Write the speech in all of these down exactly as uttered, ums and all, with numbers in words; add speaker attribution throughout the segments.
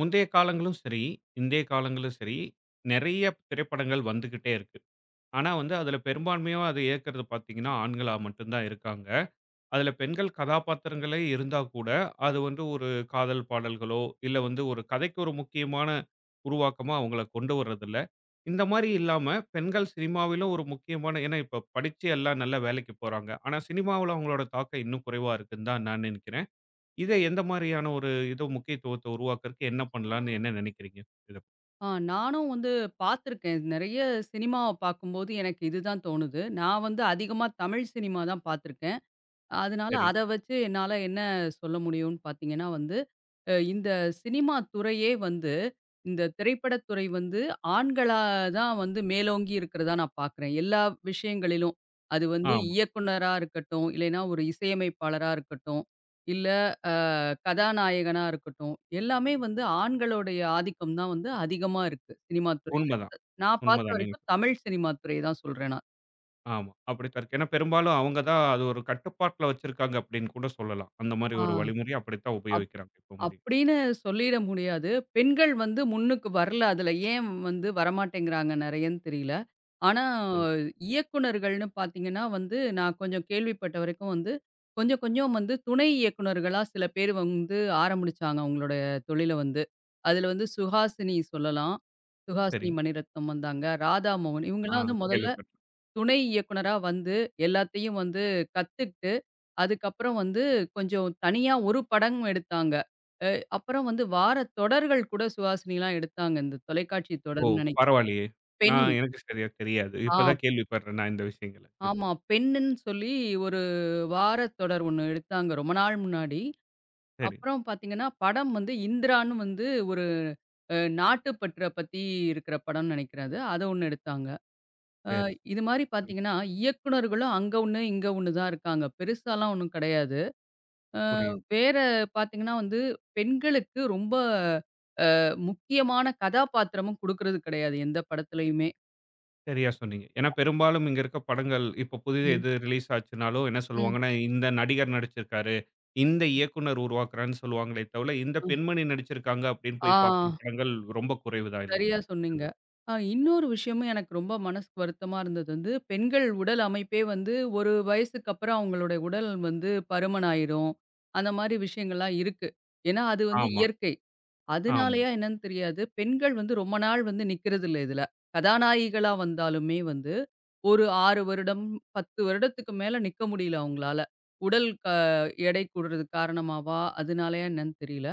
Speaker 1: முந்தைய காலங்களும் சரி, இந்திய காலங்களும் சரி, நெறைய திரைப்படங்கள் வந்துகிட்டே இருக்கு. ஆனா வந்து அதில பெரும்பான்மையா அத இயக்குறது பார்த்தீங்கன்னா, ஆண்களா மட்டும் தான் இருக்காங்க. அதில பெண்கள் கதாபாத்திரங்களே இருந்தா கூட, அது வந்து ஒரு காதல் பாடல்களோ, இல்ல வந்து ஒரு கதைக்கு ஒரு முக்கியமான உருவாக்கமா அவங்கள கொண்டு வர்றதில்ல. இந்த மாரி இல்லாம பெண்கள் சினிமாவிலும் ஒரு முக்கியமான ஏன்னா இப்ப படிச்சு எல்லாம் நல்ல வேலைக்கு போறாங்க. ஆனா சினிமாவுல அவங்களோட தாக்கம் இன்னும் குறைவா இருக்குன்னு தான் நான் நெனைக்கிறேன். இத எந்த மாரியான ஒரு இது முக்கியத்துவத்த உருவாக்குறதுக்கு என்ன பண்ணலான்னு என்ன நினைக்கிறீங்க? இத
Speaker 2: ஆ நானும் வந்து பார்த்துருக்கேன். நெறைய சினிமாவ பார்க்கும்போது எனக்கு இதுதான் தோணுது. நான் வந்து அதிகமா தமிழ் சினிமா தான் பார்த்துருக்கேன். அதனால
Speaker 1: சரி.
Speaker 2: அத வச்சு என்னால என்ன சொல்ல முடியும்னு பார்த்தீங்கன்னா வந்து, அ இந்த சினிமா துறையே வந்து, இந்த திரைப்படத் துறை வந்து ஆண்களா தான் வந்து மேலோங்கி இருக்கிறதா நான் பார்க்குறேன். எல்லா விஷயங்களிலும். அது வந்து
Speaker 1: ஆமா.
Speaker 2: இயக்குனரா இருக்கட்டும், இல்லைன்னா ஒரு இசையமைப்பாளரா இருக்கட்டும், இல்ல அ கதாநாயகனா இருக்கட்டும். எல்லாமே வந்து ஆண்களுடைய ஆதிக்கம் தான் வந்து அதிகமா இருக்கு, சினிமா துறையில.
Speaker 1: உண்மதான்.
Speaker 2: நான் பார்த்த
Speaker 1: உண்மதான். நீங்க
Speaker 2: வரைக்கும்
Speaker 1: சொ-
Speaker 2: தமிழ் சினிமா துறைய தான் சொல்றேன் நான்.
Speaker 1: ஆமா. அப்படித்தான் இருக்கு. ஏன்னா பெரும்பாலும் அவங்க தான் அது ஒரு கட்டுப்பாட்டுல வச்சிருக்காங்க அப்படின்னு கூட சொல்லலாம். அந்த மாரி
Speaker 2: ஆ.
Speaker 1: ஒரு வழிமுறைய அப்படித்தான் உபயோகிக்கிறாங்க இப்ப முடியும்.
Speaker 2: அப்படின்னு சொல்லிட முடியாது. பெண்கள் வந்து முன்னுக்கு வரல அதுல. ஏன் வந்து வரமாட்டேங்கிறாங்க நெறையன்னு தெரியல. ஆனா
Speaker 1: சரி,
Speaker 2: இயக்குனர்கள்னு பார்த்தீங்கன்னா வந்து, நான் கொஞ்சம் கேள்விப்பட்ட வரைக்கும் வந்து, கொஞ்சம் கொஞ்சம் வந்து துணை இயக்குனர்களா சில பேர் வந்து ஆரம்பிச்சாங்க அவங்களுடைய தொழில வந்து. அதுல வந்து சுஹாசினி சொல்லலாம்.
Speaker 1: சரி.
Speaker 2: சுஹாசினி மணிரத்னம் வந்தாங்க. ராதாமோகன்
Speaker 1: ஆ
Speaker 2: இவங்கலாம் வந்து முதல்ல
Speaker 1: கேள்விப்பட்டேன்.
Speaker 2: துணை இயக்குனரா வந்து எல்லாத்தையும் வந்து கத்துக்கிட்டு அதுக்கப்புறம் வந்து கொஞ்சம் தனியா ஒரு படம் எடுத்தாங்க. அ அப்புறம் வந்து வார தொடர்கள் கூட சுஹாசினிலாம் எடுத்தாங்க. இந்த தொலைக்காட்சி
Speaker 1: ஓ!
Speaker 2: தொடர்ன்னு நினைக்
Speaker 1: பரவாயில்லையே!
Speaker 2: பெண்.
Speaker 1: நான் எனக்கு சரியா தெரியாது.
Speaker 2: ஆ
Speaker 1: இப்ப தான் கேள்விப்படுறேன் நான் இந்த விஷயங்கள. இதுல.
Speaker 2: ஆமா. பெண்ணுன்னு சொல்லி ஒரு வார தொடர் ஒண்ணு எடுத்தாங்க ரொம்ப நாள் முன்னாடி.
Speaker 1: சரி,
Speaker 2: அப்புறம் பார்த்தீங்கன்னா, படம் வந்து இந்திரான்னு வந்து ஒரு அ நாட்டுப்பற்ற பத்தி இருக்கிற படம்னு நினைக்கிறேன் அது. அத ஒண்ணு எடுத்தாங்க. அ
Speaker 1: சரி.
Speaker 2: இது மாரி
Speaker 1: ம்.
Speaker 2: பார்த்தீங்கன்னா, இயக்குனர்களும் அங்க ஒண்ணு, இங்க ஒண்ணு தான் இருக்காங்க. பெருசாலாம் ஒண்ணும் கிடையாது.
Speaker 1: புரியுது.
Speaker 2: வேற பார்த்தீங்கன்னா வந்து பெண்களுக்கு ரொம்ப முக்கியமான கதாபாத்திரமும் குடுக்குறது கிடையாது, எந்த படத்துலயுமே.
Speaker 1: சரியா சொன்னீங்க. ஏன்னா, பெரும்பாலும் இங்க இருக்க படங்கள் இப்போ புதிது
Speaker 2: ம்.
Speaker 1: எது ரிலீஸ் ஆச்சுனாலும் என்ன
Speaker 2: ம்.
Speaker 1: சொல்லுவாங்கன்னா, இந்த நடிகர் நடிச்சிருக்காரு, இந்த இயக்குனர் உருவாக்குறான்னு சொல்லுவாங்களே தவிர, இந்த பெண்மணி நடிச்சிருக்காங்க அப்படின்னு
Speaker 2: ஆ,
Speaker 1: போய் பார்க்குற படங்கள் ரொம்ப குறைவு தான்
Speaker 2: சரியா
Speaker 1: இல்லைங்களா?
Speaker 2: சொன்னீங்க.
Speaker 1: இதில.
Speaker 2: அ இன்னொரு விஷயமும் எனக்கு ரொம்ப மனசுக்கு வருத்தமா இருந்தது வந்து, பெண்கள் உடல் அமைப்பே வந்து ஒரு வயசுக்கு அப்புறம் அவங்களுடைய உடல் வந்து பருமன் ஆயிரும். அந்த மாரி விஷயங்கள்லாம் இருக்கு. ஏன்னா, அது வந்து
Speaker 1: ஆமா,
Speaker 2: இயற்கை.
Speaker 1: ஆமா,
Speaker 2: அதனாலயா என்னன்னு தெரியாது. பெண்கள் வந்து ரொம்ப நாள் வந்து நிக்கிறதில்ல இதுல. கதாநாயகிகளா வந்தாலுமே வந்து, ஒரு ஆறு வருடம், பத்து வருடத்துக்கு மேல நிக்க முடியல அவங்களால. உடல் க எடை கூடுறதுக்கு காரணமாவா? அதனாலயா என்னன்னு தெரியல.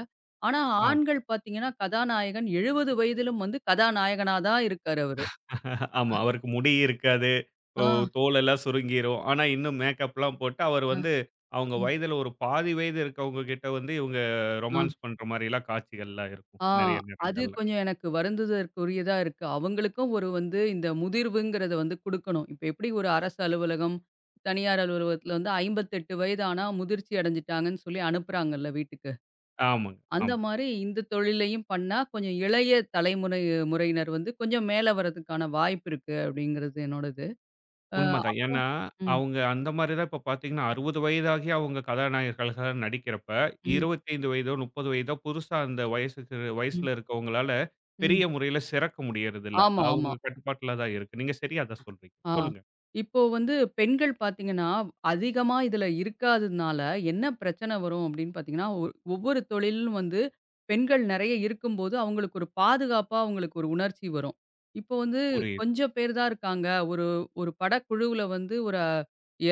Speaker 2: ஆனா
Speaker 1: ஆமா,
Speaker 2: ஆண்கள் பாத்தீங்கன்னா, கதாநாயகன் எழுபது வயதிலும் வந்து கதாநாயகனா தான் இருக்காரு அவரு.
Speaker 1: ஆமா. அவருக்கு முடி இருக்காது. ஓ
Speaker 2: ஆ,
Speaker 1: தோலெல்லாம் சுருங்கிரும். ஆனா, இன்னும் மேக்கப்லாம் போட்டு அவர்
Speaker 2: அ,
Speaker 1: வந்து அவங்க
Speaker 2: ம்.
Speaker 1: வயதில ஒரு பாதி வயது இருக்கவங்க கிட்ட வந்து இவங்க
Speaker 2: ஆ.
Speaker 1: ரொமான்ஸ் பண்ற மாரிலாம் காட்சிகள்லாம் இருக்கும்.
Speaker 2: ஆ.
Speaker 1: நெறைய
Speaker 2: அது
Speaker 1: நேரங்கள்ல.
Speaker 2: கொஞ்சம் எனக்கு வருந்துதற்குரியதா இருக்கு. அவங்களுக்கும் ஒரு வந்து இந்த முதிர்வுங்கிறத வந்து குடுக்கணும். இப்ப எப்படி ஒரு அரசு அலுவலகம், தனியார் அலுவலகத்துல வந்து ஐம்பத்தி எட்டு வயது ஆனா முதிர்ச்சி அடைஞ்சுட்டாங்கன்னு சொல்லி அனுப்புறாங்கல்ல வீட்டுக்கு.
Speaker 1: ஆமாங்க,
Speaker 2: அந்த
Speaker 1: ஆமா.
Speaker 2: மாரி இந்த தொழிலையும் பண்ணா, கொஞ்சம் இளைய தலைமுறை முறையினர் வந்து கொஞ்சம் மேல வரதுக்கான வாய்ப்பு இருக்கு அப்படிங்கிறது என்னோடது. அ
Speaker 1: உண்மதான்.
Speaker 2: அப்புறம்
Speaker 1: ஏன்னா,
Speaker 2: ம்,
Speaker 1: அவங்க அந்த மாரி தான் இப்ப பார்த்தீங்கன்னா, அறுபது வயதாகி அவங்க கதாநாயகர்களா நடிக்கிறப்ப,
Speaker 2: ம்,
Speaker 1: இருபத்தி ஐந்து வயதோ, முப்பது வயதோ புதுசா அந்த வயசுக்கு
Speaker 2: ம்,
Speaker 1: வயசுல இருக்கவங்களால பெரிய
Speaker 2: ம்.
Speaker 1: முறையில சிறக்க முடியறதில்ல.
Speaker 2: ஆமா,
Speaker 1: அவங்க
Speaker 2: ஆமா.
Speaker 1: கட்டுப்பாட்டுல தான் இருக்கு. நீங்க சரியா தான் சொல்றீங்க.
Speaker 2: ஆ.
Speaker 1: சொல்லுங்க.
Speaker 2: இப்போ வந்து பெண்கள் பார்த்தீங்கன்னா, அதிகமா இதுல இருக்காததுனால என்ன பிரச்சனை வரும் அப்படின்னு பார்த்தீங்கன்னா, ஒ ஒவ்வொரு தொழிலும் வந்து பெண்கள் நெறைய இருக்கும்போது, அவங்களுக்கு ஒரு பாதுகாப்பா அவங்களுக்கு ஒரு உணர்ச்சி வரும். இப்போ வந்து
Speaker 1: புரியுது.
Speaker 2: கொஞ்சம் பேர் தான் இருக்காங்க. ஒரு ஒரு படக்குழுவுல வந்து ஒரு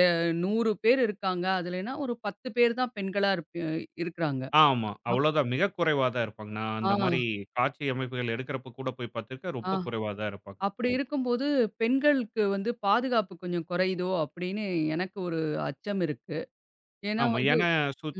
Speaker 2: எ நூறு பேர் இருக்காங்க. அதுலன்னா ஒரு பத்து பேர் தான் பெண்களா இருப் இருக்கிறாங்க.
Speaker 1: ஆமா.
Speaker 2: அப்
Speaker 1: அவ்வளோதான். மிக குறைவா தான் இருப்பாங்க. நான் அந்த மாரி
Speaker 2: ஆ,
Speaker 1: காட்சி அமைப்புகள் எடுக்கிறப்ப கூட போய் பார்த்திருக்கேன். ரொம்ப
Speaker 2: ஆ.
Speaker 1: குறைவா தான் இருப்பாங்க.
Speaker 2: அப்படி இருக்கும்போது பெண்களுக்கு வந்து பாதுகாப்பு கொஞ்சம் குறையுதோ அப்படின்னு எனக்கு ஒரு அச்சம் இருக்கு. ஏன்னா
Speaker 1: ஆமா.
Speaker 2: வந்து
Speaker 1: ஏன்னா,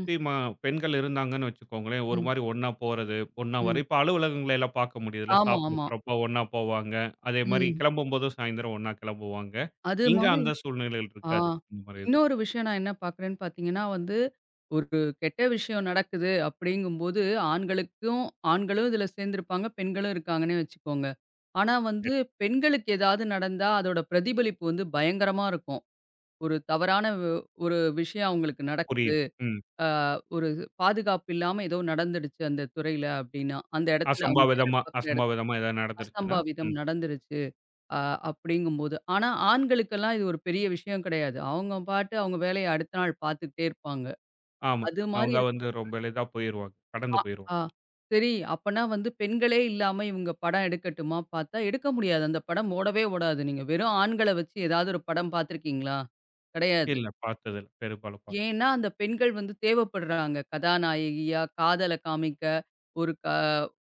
Speaker 2: ம்,
Speaker 1: ம பெண்கள் இருந்தாங்கன்னு வச்சுக்கோங்களேன், ஒரு
Speaker 2: ம்,
Speaker 1: மாரி ஒண்ணா போறது, ஒண்ணா வர
Speaker 2: ம்.
Speaker 1: இப்ப அலுவலகங்கள எல்லாம் பார்க்க முடியுதுல்ல.
Speaker 2: ஆமா,
Speaker 1: சாப்பிட
Speaker 2: ஆமா.
Speaker 1: போறப்ப ஒண்ணா போவாங்க. அதே மாரி
Speaker 2: ம்.
Speaker 1: கிளம்பும்போதும் சாயந்தரம் ஒண்ணா கிளம்புவாங்க.
Speaker 2: அது
Speaker 1: இங்க
Speaker 2: மாதிரி
Speaker 1: அந்த சூழ்நிலைகள்
Speaker 2: ஆ.
Speaker 1: இருக்காது. இந்த மாரி இது.
Speaker 2: இன்னொரு விஷயம் நான் என்ன பார்க்குறேன்னு பார்த்தீங்கன்னா வந்து, ஒரு கெட்ட விஷயம் நடக்குது அப்படிங்கும்போது, ஆண்களுக்கும் ஆண்களும் இதில சேர்ந்திருப்பாங்க, பெண்களும் இருக்காங்கன்னே வச்சுக்கோங்க. ஆனா வந்து
Speaker 1: சரி,
Speaker 2: பெண்களுக்கு ஏதாவது நடந்தா அதோட பிரதிபலிப்பு வந்து பயங்கரமா இருக்கும். ஒரு தவறான வ் ஒரு விஷயம் அவங்களுக்கு நடக்குது.
Speaker 1: புரியுது. ம்.
Speaker 2: ஆ ஒரு பாதுகாப்பு இல்லாம ஏதோ நடந்துடுச்சு அந்த துறையில அப்படின்னா, அந்த இடத்துல அவங்க வேலை
Speaker 1: அசம்பாவிதமா
Speaker 2: பார்க்குற இடத்துல
Speaker 1: அசம்பாவிதமா ஏதாவது நடந்துருச்சுன்னா,
Speaker 2: அசம்பாவிதம்
Speaker 1: ம்.
Speaker 2: நடந்துருச்சு. அ அப்படிங்கும்போது. ஆனா, ஆண்களுக்கெல்லாம் இது ஒரு பெரிய விஷயம் கிடையாது. அவங்க பாட்டு அவங்க வேலைய அடுத்த நாள் பார்த்துக்கிட்டே இருப்பாங்க.
Speaker 1: ஆமா.
Speaker 2: அது மாரி
Speaker 1: அவங்க
Speaker 2: இரு
Speaker 1: வந்து ரொம்ப எளிதா போயிருவாங்க. கடந்து
Speaker 2: அ
Speaker 1: போயிருவாங்க.
Speaker 2: ஆ சரி அப்பன்னா வந்து பெண்களே இல்லாம இவங்க படம் எடுக்கட்டுமா பார்த்தா, எடுக்க முடியாது. அந்த படம் ஓடவே ஓடாது. நீங்க வெறும் ஆண்கள வச்சு ஏதாவது ஒரு படம் பார்த்துருக்கீங்களா? கிடையாது.
Speaker 1: இல்ல பார்த்ததில்ல. பெரும்பாலும் பா
Speaker 2: ஏன்னா, அந்த பெண்கள் வந்து தேவைப்படுறாங்க. கதாநாயகியா, காதல காமிக்க, ஒரு க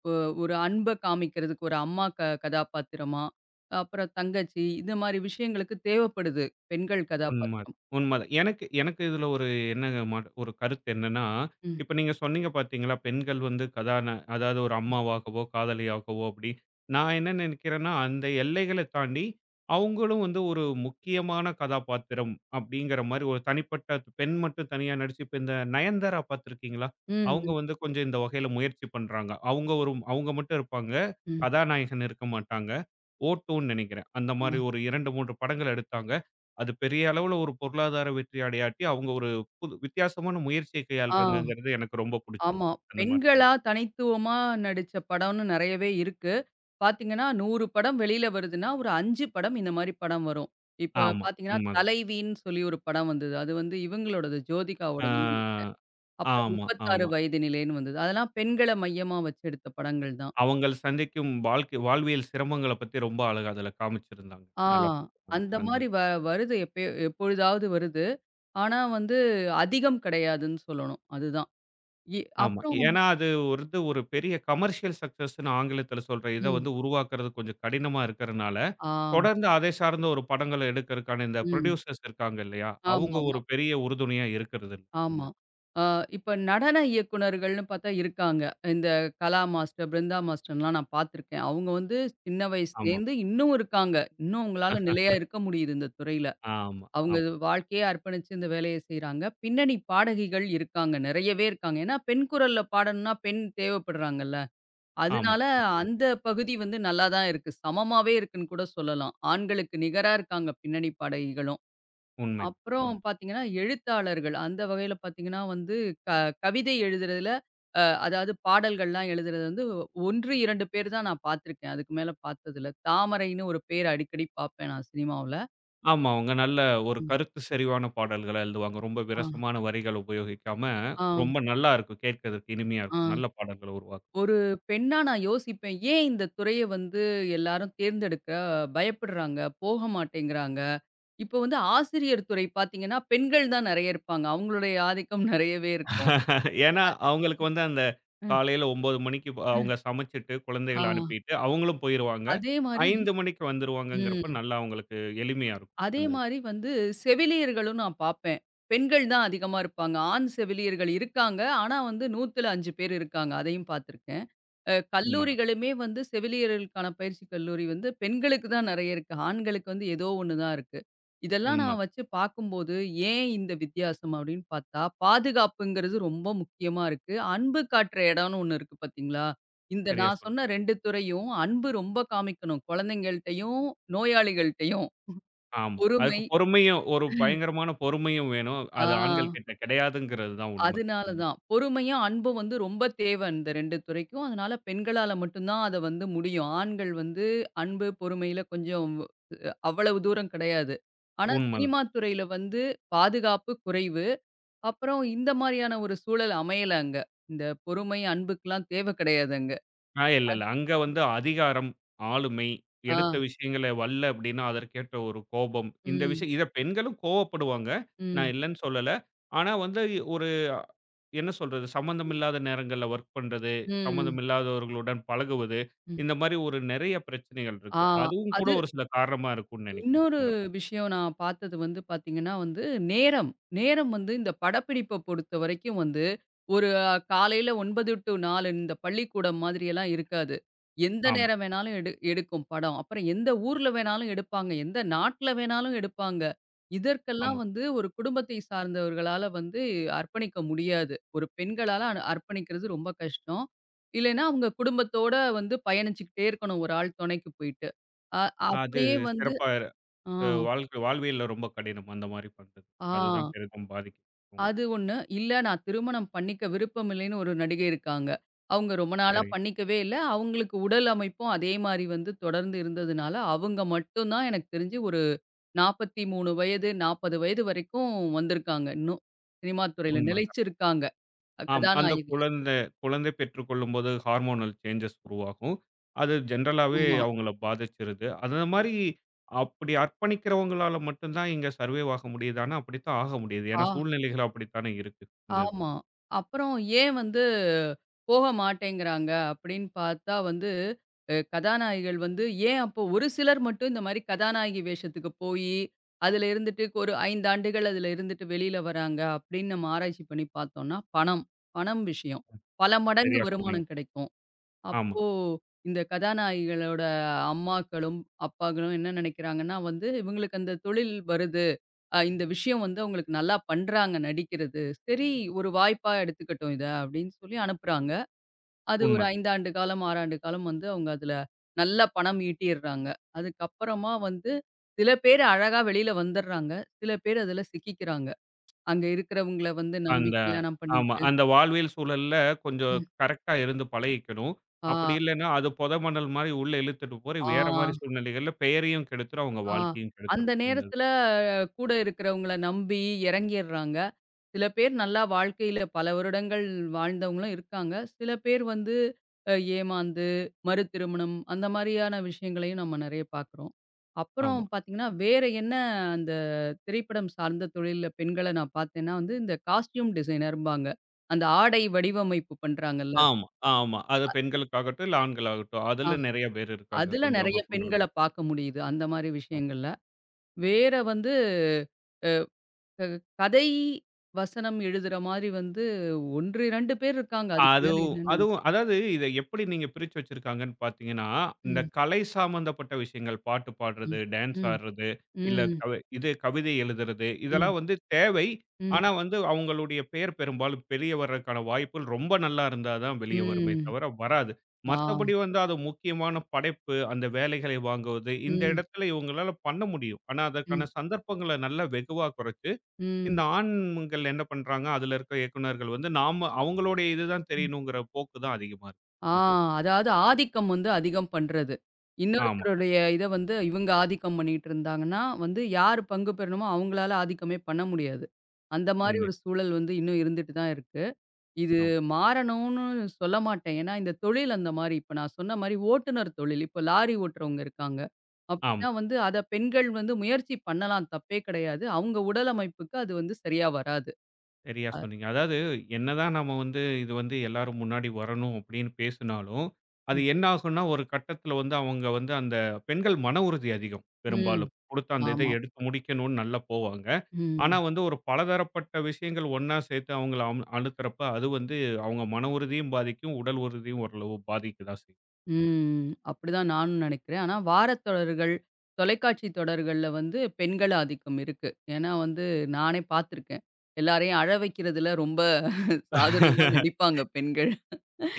Speaker 2: ஒ ஒரு அன்ப காமிக்கிறதுக்கு ஒரு அம்மா க கதாபாத்திரமா, அப்புறம் தங்கச்சி இந்த மாரி விஷயங்களுக்கு தேவைப்படுது. பெண்கள்
Speaker 1: உண்மதான்,
Speaker 2: கதாபாத்திரம்.
Speaker 1: உண்மதான். எனக்கு எனக்கு இதுல ஒரு என்ன மாட் ஒரு கருத்து என்னன்னா,
Speaker 2: ம்.
Speaker 1: இப்ப நீங்க சொன்னீங்க பார்த்தீங்களா, பெண்கள் வந்து கதான அதாவது ஒரு அம்மாவாகவோ, காதலியாகவோ அப்படி. நான் என்ன நினைக்கிறேன்னா, அந்த எல்லைகளை தாண்டி அவங்களும் வந்து ஒரு முக்கியமான கதாபாத்திரம் அப்படிங்கிற மாரி ஒரு தனிப்பட்ட பெண் மட்டும் தனியா நடிச்சு, இப்ப இந்த நயன்தாரா பார்த்துருக்கீங்களா?
Speaker 2: ம்.
Speaker 1: அவங்க
Speaker 2: ம்.
Speaker 1: வந்து கொஞ்சம் இந்த வகையில முயற்சி பண்றாங்க. அவங்க ஒரு அவங்க மட்டும் இருப்பாங்க.
Speaker 2: ம்.
Speaker 1: கதாநாயகன் இருக்க மாட்டாங்க. "ஓ2" ன்னு நினைக்கிறேன். அந்த மாரி ஒரு இரண்டு, மூன்று படங்கள் எடுத்தாங்க. அது பெரிய அளவுல ஒரு பொருளாதார வெற்றி அடையாட்டி, அவங்க ஒரு புது வித்தியாசமான முயற்சிய
Speaker 2: ஆ. ஆ.
Speaker 1: கையாளுறாங்கங்கிறது எனக்கு ரொம்ப புடிச்சிருக்கு.
Speaker 2: ஆமா.
Speaker 1: அந்த மாரி பண்
Speaker 2: பெண்களா தனித்துவமா நடிச்ச படம்னு நெறையவே இருக்கு. பார்த்தீங்கன்னா, நூறு படம் வெளியில வருதுன்னா, ஒரு அஞ்சு படம் இந்த மாரி படம் வரும். இப்ப
Speaker 1: ஆமா,
Speaker 2: பார்த்தீங்கன்னா,
Speaker 1: உண்மதான்.
Speaker 2: தலைவின்னு சொல்லி ஒரு படம் வந்தது. அது வந்து இவங்களோடது ஜோதிகாவோடதுன்னு நெனைக்கிறேன்.
Speaker 1: ஆ,
Speaker 2: அப்புறம்
Speaker 1: ஆமா,
Speaker 2: முப்பத்தி ஆறு
Speaker 1: ஆமா.
Speaker 2: வயது நிலைன்னு வந்தது. அதெல்லாம் பெண்கள மையமா வச்சு எடுத்த படங்கள் தான்.
Speaker 1: அவங்கள் சந்திக்கும் வாழ்க்கை வாழ்வியல் சிரமங்கள பத்தி ரொம்ப அழகா அதுல காமிச்சிருந்தாங்க.
Speaker 2: ஆ
Speaker 1: நல்லா போட்டிருந்தாங்க.
Speaker 2: அந்த
Speaker 1: அந்த இது.
Speaker 2: மாரி வ வருது எப்பயோ எப்பொழுதாவது வருது. ஆனா வந்து அதிகம் கிடையாதுன்னு சொல்லணும். அதுதான். இ
Speaker 1: ஆமா.
Speaker 2: அப்புறம்
Speaker 1: ஏன்னா, அது வந்து ஒரு பெரிய கமர்ஷியல் சக்சஸ்ன்னு ஆங்கிலத்தில சொல்ற இத
Speaker 2: ம்.
Speaker 1: வந்து உருவாக்குறது கொஞ்சம் கடினமா இருக்கறனால,
Speaker 2: ஆ.
Speaker 1: தொடர்ந்து அதை சார்ந்த ஒரு படங்கள எடுக்கறக்கான இந்த
Speaker 2: ம்.
Speaker 1: புரொடியூசர்ஸ் இருக்காங்க இல்லையா? அவங்க
Speaker 2: ஆமாமா, ஆமா.
Speaker 1: ஒரு பெரிய உறுதுணையா இருக்கறதில்ல. இந்த
Speaker 2: ஆமா ஆ இப்ப நடன இயக்குனர்கள்னு பார்த்தா இருக்காங்க. இந்த கலா மாஸ்டர், பிருந்தா மாஸ்டர்லாம் நான் பார்த்துருக்கேன். அவங்க வந்து சின்ன
Speaker 1: ஆமா.
Speaker 2: வயசுலேருந்து இன்னும் இருக்காங்க. இன்னும் அவங்களால நிலையா இருக்க முடியுது இந்த துறையில.
Speaker 1: ஆமா,
Speaker 2: அவங்க
Speaker 1: ஆமா,
Speaker 2: இது வாழ்க்கையே அர்ப்பணிச்சு இந்த வேலைய செய்றாங்க. பின்னணி பாடகிகள் இருக்காங்க. நெறையவே இருக்காங்க. ஏன்னா, பெண் குரல்ல பாடணும்னா பெண் தேவைப்படுறாங்கல்ல.
Speaker 1: ஆமா.
Speaker 2: அதனால
Speaker 1: நிச்சயமா.
Speaker 2: அந்த பகுதி வந்து நல்லா தான் இருக்கு. சமமாவே இருக்குன்னு கூட சொல்லலாம். ஆண்களுக்கு நிகரா இருக்காங்க பின்னணி பாடகிகளும்.
Speaker 1: உண்மைதான்.
Speaker 2: அப்புறம்
Speaker 1: உண்மை.
Speaker 2: பார்த்தீங்கன்னா, எழுத்தாளர்கள் அந்த வகையில பார்த்தீங்கன்னா வந்து க கவிதை எழுதுறதுல அ அதாவது பாடல்கள்லாம் எழுதுறது வந்து ஒண்ணு, இரண்டு பேர் தான் நான் பார்த்துருக்கேன். அதுக்கு மேல பார்த்ததில்ல. தாமரைன்னு ஒரு பேர் அடிக்கடி பார்ப்பேன் நான் சினிமாவுல.
Speaker 1: ஆமா, அவங்க நல்ல ஒரு
Speaker 2: ம்.
Speaker 1: கருத்து சரிவான பாடல்களா எழுதுவாங்க. ரொம்ப
Speaker 2: ஆ,
Speaker 1: விரசமான வரிகள உபயோகிக்காம,
Speaker 2: ஆ,
Speaker 1: ரொம்ப நல்லா இருக்கும். கேட்கறதுக்கு இனிமையா
Speaker 2: ஆ.
Speaker 1: இருக்கும். நல்ல பாடல்கள உருவாக்குவாங்க.
Speaker 2: ஒரு பெண்ணா நான் யோசிப்பேன். ஏன் இந்த துறைய வந்து எல்லாரும் தேர்ந்தெடுக்க பயப்படுறாங்க? போக மாட்டேங்கிறாங்க? இப்போ வந்து ஆசிரியர் துறை பார்த்தீங்கன்னா, பெண்கள் தான் நெறைய இருப்பாங்க. அவங்களுடைய ஆதிக்கம் நெறையவே இருக்கும்.
Speaker 1: ஏன்னா, அவங்களுக்கு வந்து அந்த
Speaker 2: ம்.
Speaker 1: காலையில ஒன்பது மணிக்கு ப அவங்க சமைச்சுட்டு,
Speaker 2: ஆ.
Speaker 1: குழந்தைகள அனுப்பிட்டு, அவங்களும் போயிருவாங்க.
Speaker 2: அதே மாரி
Speaker 1: ஐந்து மணிக்கு வந்துருவாங்கங்கிறப்ப,
Speaker 2: ம்.
Speaker 1: நல்லா அவங்களுக்கு எளிமையா இருக்கும்.
Speaker 2: அதே
Speaker 1: அந்த இது.
Speaker 2: மாரி வந்து செவிலியர்களும் நான் பார்ப்பேன். பெண்கள் தான் அதிகமா இருப்பாங்க. ஆண் செவிலியர்கள் இருக்காங்க. ஆனா வந்து 100ல அஞ்சு பேர் இருக்காங்க. அதையும் பார்த்துருக்கேன். அ
Speaker 1: உண்மதான்.
Speaker 2: கல்லூரிகளுமே வந்து செவிலியர்களுக்கான பயிற்சி கல்லூரி வந்து பெண்களுக்கு தான் நெறைய இருக்கு. ஆண்களுக்கு வந்து ஏதோ ஒண்ணு தான் இருக்கு. இதெல்லாம்
Speaker 1: உண்ம.
Speaker 2: நான் வச்சு பார்க்கும்போது, ஏன் இந்த வித்தியாசம் அப்டின்னு பார்த்தா, பாதுகாப்புங்கிறது ரொம்ப முக்கியமா இருக்கு. அன்பு காட்டுற இடம்னு ஒண்ணு இருக்கு பார்த்தீங்களா? இந்த
Speaker 1: சரியா
Speaker 2: நான்
Speaker 1: சொன்னீங்க.
Speaker 2: சொன்ன ரெண்டு துறையும் அன்பு ரொம்ப காமிக்கணும். குழந்தைங்கள்ட்டயும், நோயாளிகள்ட்டயும்
Speaker 1: ஆமா. அதுக்கு
Speaker 2: பொறுமை.
Speaker 1: பொறுமையும் ஒரு பயங்கரமான பொறுமையும் வேணும்.
Speaker 2: ஆ.
Speaker 1: அது ஆண்கள் கிட்ட கிடையாதுங்கிறது தான் உண்ம.
Speaker 2: அதனால தான். பொறுமையும், அன்பும் வந்து ரொம்ப தேவை இந்த ரெண்டு துறைக்கும். அதனால பெண்களால மட்டும் தான் அத வந்து முடியும். ஆண்கள் வந்து அன்பு, பொறுமையில கொஞ்சம் அவ்வளவு தூரம் கிடையாது. ஆனா,
Speaker 1: உண்மதான்.
Speaker 2: சினிமா துறையில வந்து பாதுகாப்பு குறைவு. அப்புறம் இந்த மாரியான ஒரு சூழல் அமையல அங்க. இந்த பொறுமை, அன்புக்குலாம் தேவை கிடையாது அங்க.
Speaker 1: ஆ இல்ல,
Speaker 2: அது
Speaker 1: இல்ல. அங்க வந்து அதிகாரம், ஆளுமை, எடுத்த
Speaker 2: ஆ.
Speaker 1: விஷயங்கள வல்ல அப்டின்னா, அதற்கேற்ற ஒரு கோபம். இந்த
Speaker 2: ம்.
Speaker 1: விஷயம் இத பெண்களும் கோவப்படுவாங்க. நான்
Speaker 2: ம்.
Speaker 1: இல்லன்னு சொல்லல. ஆனா வந்து ஒரு என்ன சொல்றது? சம்மந்தம்
Speaker 2: ம்.
Speaker 1: இல்லாத நேரங்கள்ல வொர்க் பண்றது,
Speaker 2: ம்.
Speaker 1: சம்மந்தம் இல்லாதவர்களுடன் பழகுவது,
Speaker 2: ம்.
Speaker 1: இந்த மாரி ஒரு நெறைய பிரச்சனைகள்
Speaker 2: ஆ.
Speaker 1: இருக்கு. அதுவும் கூட
Speaker 2: அது
Speaker 1: ஒரு சில காரணமா இருக்கும்னு நெனைக்கிறேன்.
Speaker 2: இன்னொரு
Speaker 1: இந்த மாரி.
Speaker 2: விஷயம் நான் பார்த்தது வந்து பார்த்தீங்கன்னா வந்து, நேரம். நேரம் வந்து இந்த படப்பிடிப்ப பொறுத்தவரைக்கும் வந்து, ஒரு அஹ், காலையில ஒன்பது டூ நாலு இந்த பள்ளிக்கூடம் மாதிரியெல்லாம் இருக்காது. எந்த
Speaker 1: ஆமா,
Speaker 2: நேரம் வேணாலும் எடு எடுக்கும் படம். அப்புறம் எந்த ஊர்ல வேணாலும் எடுப்பாங்க. எந்த நாட்ல வேணாலும் எடுப்பாங்க. இதற்கெல்லாம்
Speaker 1: ஆமா.
Speaker 2: வந்து ஒரு குடும்பத்தை சார்ந்தவர்களால வந்து அர்ப்பணிக்க முடியாது. ஒரு பெண்களால அ அர்ப்பணிக்கிறது ரொம்ப கஷ்டம். இல்லைன்னா அவங்க குடும்பத்தோட வந்து பயணிச்சுக்கிட்டே இருக்கணும் ஒரு ஆள் துணைக்கு போயிட்டு. அ
Speaker 1: அது
Speaker 2: அப்படியே வந்து
Speaker 1: சிறப்பா
Speaker 2: ஆ,
Speaker 1: அ வாழ்க்கை வாழ்வியல்ல ரொம்ப கடினம். அந்த மாரி பண்றது. அதுதான்
Speaker 2: ஆ.
Speaker 1: பெரிதும் பாதிக்கும். ம்.
Speaker 2: அது ஒண்ணு. இல்ல நான் திருமணம் பண்ணிக்க விருப்பம் இல்லைன்னு ஒரு நடிகை இருக்காங்க. அவங்க ரொம்ப நாளா
Speaker 1: சரி.
Speaker 2: பண்ணிக்கவே இல்ல. அவங்களுக்கு உடல் அமைப்பும் அதே மாரி வந்து தொடர்ந்து இருந்ததுனால, அவங்க மட்டும் தான் எனக்கு தெரிஞ்சு ஒரு நாற்பத்தி மூணு வயது, நாற்பது வயது வரைக்கும் வந்திருக்காங்க இன்னும். சினிமா துறையில
Speaker 1: உண்ம.
Speaker 2: நிலைச்சிருக்காங்க. அஹ்
Speaker 1: ஆமா. அந்த
Speaker 2: கதாநாயகி.
Speaker 1: குழந்தை குழந்தை பெற்றுக்கொள்ளும்போது ஹார்மோனல் சேஞ்சஸ் உருவாகும். அது ஜென்ரலாவே
Speaker 2: ஆமா.
Speaker 1: அவங்கள பாதிச்சிருது. அந்த மாரி அப்படி அர்ப்பணிக்கிறவங்களால மட்டும் தான் இங்க சர்வைவ் ஆக முடியுதான்னா, அப்படித்தான் ஆக முடியுது.
Speaker 2: ஆ.
Speaker 1: ஏன்னா சூழ்நிலைகள் அப்படித்தானே இருக்கு இந்த இதுல.
Speaker 2: ஆமா. அப்புறம் ஏன் வந்து போக மாட்டேங்கிறாங்க அப்படின்னு பார்த்தா வந்து, அ கதாநாயகிகள் வந்து ஏன் அப்போ ஒரு சிலர் மட்டும் இந்த மாரி கதாநாயகி வேஷத்துக்கு போயி, அதுல இருந்துட்டு ஒரு ஐந்து ஆண்டுகள் அதுல இருந்துட்டு வெளியில வராங்க அப்படின்னு நம்ம ஆராய்ச்சி பண்ணி பார்த்தோம்னா, பணம். பணம் விஷயம். பல மடங்கு
Speaker 1: சரியா சொன்னீங்க.
Speaker 2: வருமானம் கிடைக்கும்.
Speaker 1: ஆமா.
Speaker 2: அப்போ இந்த கதாநாயகிகளோட அம்மாக்களும், அப்பாக்களும் என்ன நினைக்கிறாங்கன்னா வந்து, இவங்களுக்கு அந்த தொழில் வருது. அ இந்த விஷயம் வந்து அவங்களுக்கு நல்லா பண்றாங்க நடிக்கிறது. சரி ஒரு வாய்ப்பா எடுத்துக்கட்டும் இத அப்படின்னு சொல்லி அனுப்புறாங்க. அது ஒரு
Speaker 1: உண்ம.
Speaker 2: ஐந்து ஆண்டு காலம், ஆறு ஆண்டு காலம் வந்து அவங்க அதுல நல்லா பணம் ஈட்டிர்றாங்க. அதுக்கப்புறமா வந்து சில பேர் அழகா வெளியில வந்துர்றாங்க. சில பேர் அதுல சிக்கிக்கிறாங்க. அங்க இருக்கிறவங்கள வந்து நம்பி
Speaker 1: அந்த
Speaker 2: கல்யாணம்
Speaker 1: ஆமா.
Speaker 2: பண்ணிட்டு
Speaker 1: அந்த வாழ்வியல் சூழல்ல கொஞ்சம்
Speaker 2: ம்.
Speaker 1: கரெக்ட்டா இருந்து பழகிக்கணும். அப்படி
Speaker 2: ஆ,
Speaker 1: இல்லன்னா, அது பொத மணல் மாரி உள்ள இழுத்துட்டு போய் வேற மாரி
Speaker 2: ஆ.
Speaker 1: சூழ்நிலைகள்ல பெயரையும் கெடுத்துரும், அவங்க
Speaker 2: ஆ.
Speaker 1: வாழ்க்கையும்
Speaker 2: அந்த
Speaker 1: கெடுத்துரும். இந்த இது.
Speaker 2: நேரத்துல அஹ், கூட இருக்கிறவங்கள நம்பி இறங்கிர்றாங்க. சில பேர் நல்லா வாழ்க்கையில பல வருடங்கள் வாழ்ந்தவங்களும் இருக்காங்க. சில பேர் வந்து அ ஏமாந்து, மறு திருமணம் அந்த மாரியான விஷயங்களையும் நம்ம நெறைய பார்க்குறோம். அப்புறம்
Speaker 1: ஆமா.
Speaker 2: பார்த்தீங்கன்னா, வேற என்ன அந்த திரைப்படம் சார்ந்த தொழில்ல பெண்கள நான் பார்த்தேன்னா வந்து, இந்த காஸ்டியூம் டிசைனர்ம்பாங்க. அந்த ஆடை வடிவமைப்பு பண்றாங்கல்ல.
Speaker 1: ஆமா, ஆமா. அது பெண்களுக்காகட்டும், இல்ல ஆண்களாகட்டும்.
Speaker 2: ஆ.
Speaker 1: அதுல நெறைய பேர் இருக்காங்க.
Speaker 2: அதுல
Speaker 1: கொஞ்சம்
Speaker 2: நெறைய
Speaker 1: அவங்க
Speaker 2: பெண்கள
Speaker 1: பங்களிப்பு.
Speaker 2: பார்க்க முடியுது. அந்த மாரி விஷயங்கள்ல. வேற வந்து கதை, வசனம் எழுதுற மாரி வந்து ஒண்ணு, இரண்டு பேர் இருக்காங்க. அதுக்கு மேல
Speaker 1: அதுவும்
Speaker 2: இல்லன்னு நினைக்கிறேன்.
Speaker 1: அதுவும் அதாவது இத எப்படி நீங்க பிரிச்சு வச்சிருக்காங்கன்னு பார்த்தீங்கன்னா, இந்த
Speaker 2: ம்,
Speaker 1: கலை சாம்மந்தப்பட்ட விஷயங்கள் பாட்டு பாடுறது,
Speaker 2: ம்,
Speaker 1: டான்ஸ்
Speaker 2: ம்,
Speaker 1: ஆடுறது, இல்ல
Speaker 2: ம்,
Speaker 1: கவ இது கவிதை எழுதுறது,
Speaker 2: ம்,
Speaker 1: இதெல்லாம் வந்து தேவை.
Speaker 2: ம்,
Speaker 1: ஆனா வந்து அவங்களுடைய பெயர் பெரும்பாலும் வெளிய வர்றதுக்கான வாய்ப்புகள் ரொம்ப நல்லா இருந்தா தான் வெளிய வருமே
Speaker 2: ம்.
Speaker 1: தவிர வராது.
Speaker 2: ஆ.
Speaker 1: மத்தபடி வந்து அது முக்கியமான படைப்பு, அந்த வேலைகளை வாங்குவது, இந்த
Speaker 2: ம்,
Speaker 1: இடத்துல இவங்களால பண்ண முடியும். ஆனா
Speaker 2: ம்,
Speaker 1: அதற்கான சந்தர்ப்பங்கள நல்லா வெகுவா குறைச்சு இந்த
Speaker 2: ம்,
Speaker 1: ஆண்கள் என்ன பண்றாங்க, அதுல இருக்க இயக்குனர்கள் வந்து நாம அவங்களுடைய இதுதான்
Speaker 2: ம்.
Speaker 1: தெரியணுங்கிற போக்கு தான் அதிகமா இருக்கு.
Speaker 2: ஆ
Speaker 1: இந்த இது.
Speaker 2: அதாவது ஆதிக்கம் வந்து அதிகம் பண்றது.
Speaker 1: ஆமா,
Speaker 2: இன்னொருத்தருடைய இத வந்து இவங்க ஆதிக்கம் பண்ணிட்டு இருந்தாங்கன்னா, வந்து யார் பங்கு பெறணுமோ அவங்களால ஆதிக்கமே பண்ண முடியாது. அந்த மாரி
Speaker 1: உண்மை.
Speaker 2: ஒரு சூழல் வந்து இன்னும் இருந்துட்டு தான் இருக்கு. இது
Speaker 1: ஆமா,
Speaker 2: மாறணும்னு சொல்ல மாட்டேன். ஏன்னா, இந்த தொழில் அந்த மாரி. இப்ப நான் சொன்ன மாரி ஓட்டுநர் தொழில். இப்ப லாரி ஓட்டுறவங்க இருக்காங்க.
Speaker 1: ஆமா.
Speaker 2: அப்டின்னா வந்து அத பெண்கள் வந்து முயற்சி பண்ணலாம். தப்பே கிடையாது. அவங்க உடல் அமைப்புக்கு அது வந்து சரியா வராது.
Speaker 1: சரியா
Speaker 2: அ
Speaker 1: சொன்னீங்க. அதாவது என்னதான் நாம வந்து இது வந்து எல்லாரும் முன்னாடி வரணும் அப்படின்னு பேசினாலும், அது என்ன ஆகும்னா ஒரு கட்டத்துல வந்து அவங்க வந்து அந்த பெண்கள் மன உறுதி அதிகம்
Speaker 2: ம்.
Speaker 1: பெரும்பாலும். கொடுத்த அந்த இதை
Speaker 2: ஆமா.
Speaker 1: எடுத்து முடிக்கணும்னு நல்லா போவாங்க. ஆனா
Speaker 2: ம்.
Speaker 1: வந்து ஒரு பலதரப்பட்ட விஷயங்கள் ஒண்ணா சேர்த்து அவங்கள அம் அழுத்துறப்ப அது வந்து அவங்க மன உறுதியும் பாதிக்கும், உடல் உறுதியும் ஓரளவு பாதிக்க தான் செய்யும்.
Speaker 2: ம். அப்டிதான் நானும் நெனைக்கிறேன். ஆனா வாரத் தொடர்கள், தொலைக்காட்சி தொடர்கள்ல வந்து பெண்கள் ஆதிக்கம் இருக்கு. ஏன்னா வந்து நானே பார்த்துருக்கேன். எல்லாரையும் அழ வைக்கிறதுல ரொம்ப சாதுரியமா நடிப்பாங்க பெண்கள்.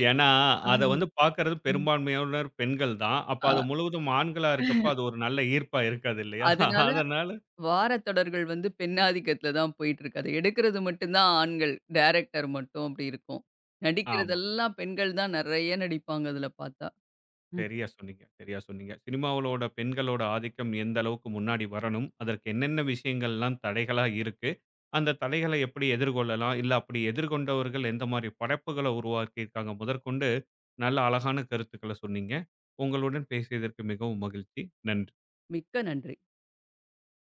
Speaker 1: ஏன்னா, அத
Speaker 2: ஆமா.
Speaker 1: வந்து பார்க்கிறது
Speaker 2: ம்.
Speaker 1: பெரும்பான்மையானோர் பெண்கள் தான். அப்ப அது
Speaker 2: ஆ.
Speaker 1: முழுவதும் ஆண்களா இருக்கப்ப, அது ஒரு நல்ல ஈர்ப்பா இருக்காது இல்லையா?
Speaker 2: அதனால
Speaker 1: அதனால
Speaker 2: வாரத்தொடர்கள் வந்து பெண்ணாதிக்கத்தில தான் போயிட்டுருக்கு. அத எடுக்கிறது மட்டும் தான் ஆண்கள். டைரக்டர் மட்டும் அப்படி இருக்கும்.
Speaker 1: ஆமா.
Speaker 2: நடிக்கிறதெல்லாம் பெண்கள் தான் நெறைய நடிப்பாங்க அதுல பார்த்தா. ம்,
Speaker 1: சரியா சொன்னீங்க, சரியா சொன்னீங்க. சினிமாவுலோட பெண்களோட ஆதிக்கம் எந்த அளவுக்கு முன்னாடி வரணும், அதற்கு என்னென்ன விஷயங்கள்லாம் தடைகளா இருக்கு, அந்த தடைகளை எப்படி எதிர்கொள்ளலாம், இல்ல அப்படி எதிர்கொண்டவர்கள் எந்த மாரி படைப்புகள உருவாக்கியிருக்காங்க முதற்கொண்டு, நல்ல அழகான கருத்துக்கள சொன்னீங்க. உங்களுடன் பேசியதற்கு மிகவும் மகிழ்ச்சி. நன்றி.
Speaker 2: மிக்க நன்றி.